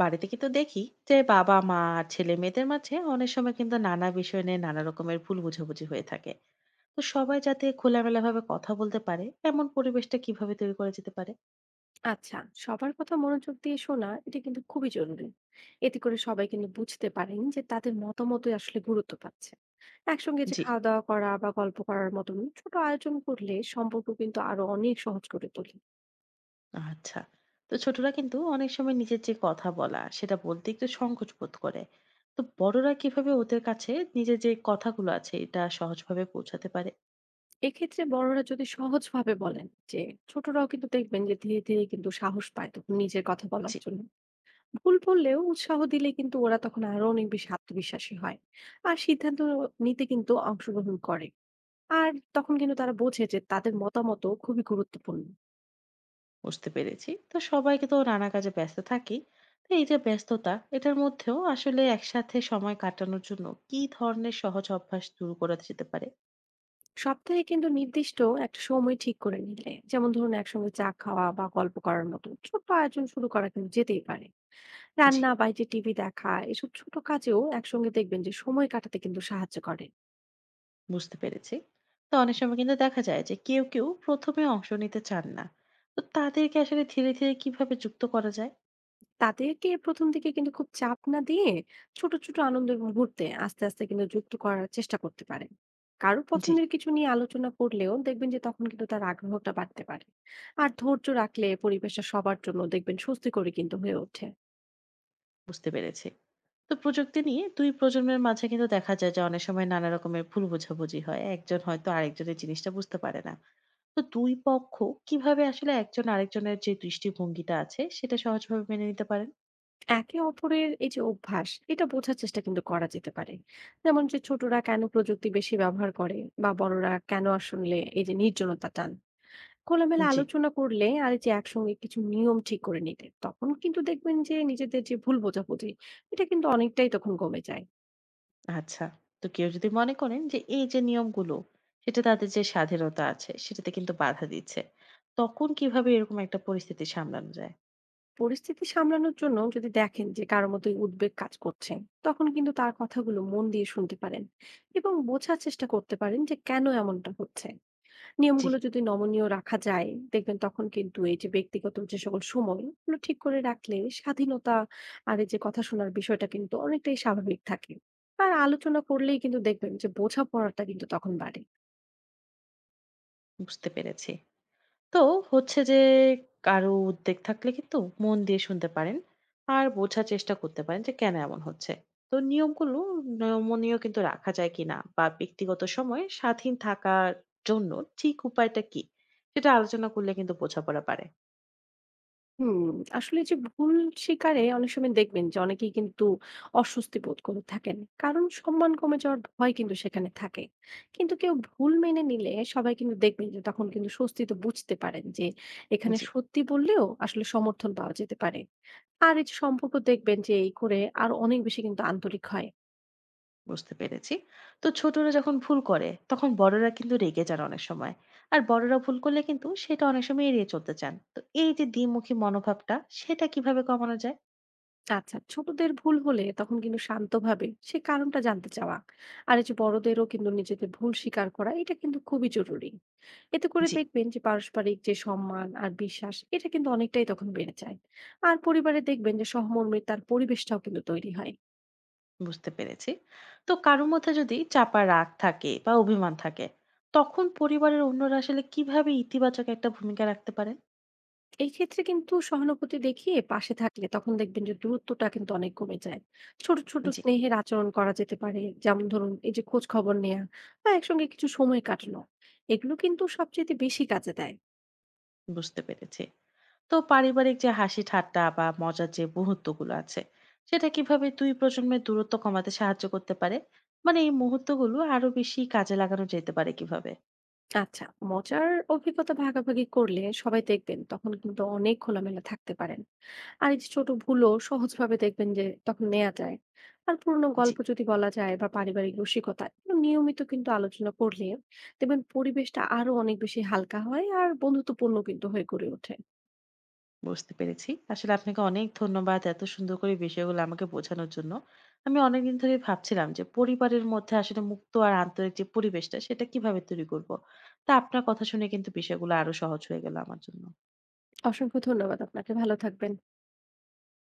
বাড়িতে কিন্তু দেখি যে বাবা মা আর ছেলে মেয়েদের মাঝে অনেক সময় কিন্তু নানা বিষয় নিয়ে নানা রকমের ভুল বোঝাবুঝি হয়ে থাকে। তো সবাই যাতে খোলামেলা ভাবে কথা বলতে পারে এমন পরিবেশটা কিভাবে তৈরি করা যেতে পারে? আচ্ছা। সবার কথা মনোযোগ দিয়ে শোনা এটা কিন্তু খুবই জরুরি। এতে করে সবাই কিন্তু বুঝতে পারেন যে তাদের মতামত আসলে গুরুত্ব পাচ্ছে। একসঙ্গে যে জি, খাওয়া দাওয়া করা বা গল্প করার মতন ছোট আয়োজন করলে সম্পর্ক কিন্তু আরো অনেক সহজ করে তোলে। আচ্ছা। তো ছোটরা কিন্তু অনেক সময় নিজের যে কথা বলা সেটা বলতে একটু সংকোচ বোধ করে। তো বড়রা কিভাবে ওদের কাছে নিজের যে কথাগুলো আছে এটা সহজভাবে পৌঁছাতে পারে? এক্ষেত্রে বড়রা যদি সহজভাবে বলেন যে ছোটরাও কিন্তু দেখবেন যে ধীরে ধীরে কিন্তু সাহস পায় তখন নিজের কথা বলার জি, জন্য। ভুল বললেও উৎসাহ দিলে কিন্তু ওরা তখন আরো অনেক বেশি আত্মবিশ্বাসী হয় আর সিদ্ধান্ত নিতে কিন্তু অংশগ্রহণ করে। আর তখন কিন্তু তারা বোঝে যে তাদের মতামতও খুবই গুরুত্বপূর্ণ। বুঝতে পেরেছি। তো সবাইকে তো নানা কাজে ব্যস্ত থাকি। তো এই যে ব্যস্ততা এটার মধ্যেও আসলে একসাথে সময় কাটানোর জন্য কি ধরনের সহজ অভ্যাস শুরু করা যেতে পারে? সপ্তাহে কিন্তু নির্দিষ্ট একটা সময় ঠিক করে নিলে, যেমন ধরুন একসঙ্গে চা খাওয়া বা গল্প করার মতো ছোট্ট আয়োজন শুরু করা কিন্তু যেতেই পারে। জি, রান্না বাইরে টিভি দেখা এসব ছোট কাজেও একসঙ্গে দেখবেন যে সময় কাটাতে কিন্তু সাহায্য করে। বুঝতে পেরেছি। তো অনেক সময় কিন্তু দেখা যায় যে কেউ, কেউ ১ম এ অংশ নিতে চান না। তো তাদেরকে আসলে ধীরে, ধীরে কিভাবে যুক্ত করা যায়? তাদেরকে ১ম দিকে কিন্তু খুব চাপ না দিয়ে ছোট, ছোট আনন্দের মুহূর্তে আস্তে, আস্তে কিন্তু যুক্ত করার চেষ্টা করতে পারেন। কারো জি, পছন্দের কিছু নিয়ে আলোচনা করলেও দেখবেন যে তখন কিন্তু তার আগ্রহটা বাড়তে পারে। আর ধৈর্য রাখলে পরিবেশটা সবার জন্য দেখবেন স্বস্তিকর কিন্তু হয়ে ওঠে। বুঝতে পেরেছি। তো প্রযুক্তি নিয়ে ২ প্রজন্মের মাঝে কিন্তু দেখা যায় যে অনেক সময় নানা রকমের ভুল বোঝাবুঝি হয়। একজন হয়তো আরেকজনের জিনিসটা বুঝতে পারে না। তো ২ পক্ষ কিভাবে আসলে একজন আরেকজনের যে দৃষ্টিভঙ্গিটা আছে সেটা সহজভাবে মেনে নিতে পারেন? একে অপরের এই যে অভ্যাস, এটা বোঝার চেষ্টা কিন্তু করা যেতে পারে। যেমন যে ছোটরা কেন প্রযুক্তি বেশি ব্যবহার করে বা বড়রা কেন আসলে এই যে নির্জনতা টান, খোলামেলা জি। আলোচনা করলে আর এই যে একসঙ্গে কিছু নিয়ম ঠিক করে নিতে তখন কিন্তু দেখবেন যে নিজেদের যে ভুল বোঝাবুঝি এটা কিন্তু অনেকটাই তখন কমে যায়। আচ্ছা। তো কেউ যদি মনে করেন যে এই যে নিয়মগুলো সেটা তাদের যে স্বাধীনতা আছে সেটাতে কিন্তু বাধা দিচ্ছে। তখন কিভাবে এরকম একটা পরিস্থিতি সামলানো যায়? পরিস্থিতি সামলানোর জন্য যদি দেখেন যে কারোর মতো উদ্বেগ কাজ করছে, তখন কিন্তু তার কথাগুলো মন দিয়ে শুনতে পারেন এবং বোঝার চেষ্টা করতে পারেন যে কেন এমনটা হচ্ছে। জি, নিয়মগুলো যদি নমনীয় রাখা যায়, দেখবেন তখন কিন্তু এই যে ব্যক্তিগত যে সকল সময় এগুলো ঠিক করে রাখলে স্বাধীনতা আর এই যে কথা শোনার বিষয়টা কিন্তু অনেকটাই স্বাভাবিক থাকে। আর আলোচনা করলেই কিন্তু দেখবেন যে বোঝাপড়াটা কিন্তু তখন বাড়ে। বুঝতে পেরেছি। তো হচ্ছে যে কারো উদ্বেগ থাকলে কিন্তু মন দিয়ে শুনতে পারেন, আর বোঝার চেষ্টা করতে পারেন যে কেন এমন হচ্ছে। তো নিয়মগুলো নমনীয় কিন্তু রাখা যায় কিনা বা ব্যক্তিগত সময়ে স্বাধীন থাকার জন্য ঠিক উপায়টা কি, সেটা আলোচনা করলে কিন্তু বোঝাপড়া পারে। হুম, আসলে যে ভুল স্বীকারে অনেক সময় দেখবেন যে অনেকেই কিন্তু অস্বস্তি বোধ করে থাকেন। কারণ সম্মান কমে যাওয়ার ভয় কিন্তু সেখানে থাকে। কিন্তু কেউ ভুল মেনে নিলে সবাই কিন্তু দেখবেন যে তখন কিন্তু স্বস্তিতে বুঝতে পারেন যে এখানে জি, সত্যি বললেও আসলে সমর্থন পাওয়া যেতে পারে। আর এই যে সম্পর্ক দেখবেন যে এই করে আরো অনেক বেশি কিন্তু আন্তরিক হয়। বুঝতে পেরেছি। তো ছোটরা যখন ভুল করে তখন বড়রা কিন্তু রেগে যান অনেক সময়। আর বড়রা ভুল করলে কিন্তু সেটা অনেক সময় এড়িয়ে চলতে চান। তো এই যে দ্বিমুখী মনোভাবটা সেটা কিভাবে কমানো যায়? আচ্ছা, ছোটদের ভুল হলে তখন কিন্তু শান্তভাবে সে কারণটা জানতে চাওয়া। আর এই যে বড়দেরও কিন্তু নিজেদের ভুল স্বীকার করা এটা কিন্তু খুবই জরুরি। এতে করে জি, দেখবেন যে পারস্পরিক যে সম্মান আর বিশ্বাস এটা কিন্তু অনেকটাই তখন বেড়ে যায়। আর পরিবারে দেখবেন যে সহমর্মিতার পরিবেশটাও কিন্তু তৈরি হয়। বুঝতে পেরেছি। তো কারোর মধ্যে যদি চাপা রাগ থাকে বা অভিমান থাকে, তখন পরিবারের অন্যরা আসলে কিভাবে ইতিবাচক একটা ভূমিকা রাখতে পারে? এই ক্ষেত্রে কিন্তু সহানুভূতি দেখিয়ে পাশে থাকলে তখন দেখবেন যে দূরত্বটা কিন্তু অনেক কমে যায়। ছোট ছোট জি, স্নেহের আচরণ করা যেতে পারে, যেমন ধরুন এই যে খোঁজ খবর নেওয়া বা একসঙ্গে কিছু সময় কাটানো, এগুলো কিন্তু সবচেয়ে বেশি কাজে দেয়। বুঝতে পেরেছি। তো পারিবারিক যে হাসি ঠাট্টা বা মজার যে মুহূর্তগুলো আছে, সেটা কিভাবে দুই প্রজন্মের দূরত্ব কমাতে সাহায্য করতে পারে? মানে এই মুহূর্তগুলো আরো বেশি কাজে লাগানো যেতে পারে কিভাবে? আচ্ছা, মজার অভিজ্ঞতা ভাগাভাগি করলে সবাই দেখবেন তখন কিন্তু অনেক খোলামেলা থাকতে পারেন। আর এই যে ছোট ভুলও সহজভাবে দেখবেন যে তখন নেওয়া যায়। আর পুরোনো জি, গল্প যদি বলা যায় বা পারিবারিক রসিকতা এগুলো নিয়মিত কিন্তু আলোচনা করলে দেখবেন পরিবেশটা আরো অনেক বেশি হালকা হয় আর বন্ধুত্বপূর্ণ কিন্তু হয়ে গড়ে ওঠে। বুঝতে পেরেছি। আসলে আপনাকে অনেক ধন্যবাদ এত সুন্দর করে বিষয়গুলো আমাকে বোঝানোর জন্য। আমি অনেকদিন ধরেই ভাবছিলাম যে পরিবারের মধ্যে আসলে মুক্ত আর আন্তরিক যে পরিবেশটা সেটা কিভাবে তৈরি করব। তা আপনার কথা শুনে কিন্তু বিষয়গুলো আরো সহজ হয়ে গেল আমার জন্য। অসংখ্য ধন্যবাদ আপনাকে। ভালো থাকবেন।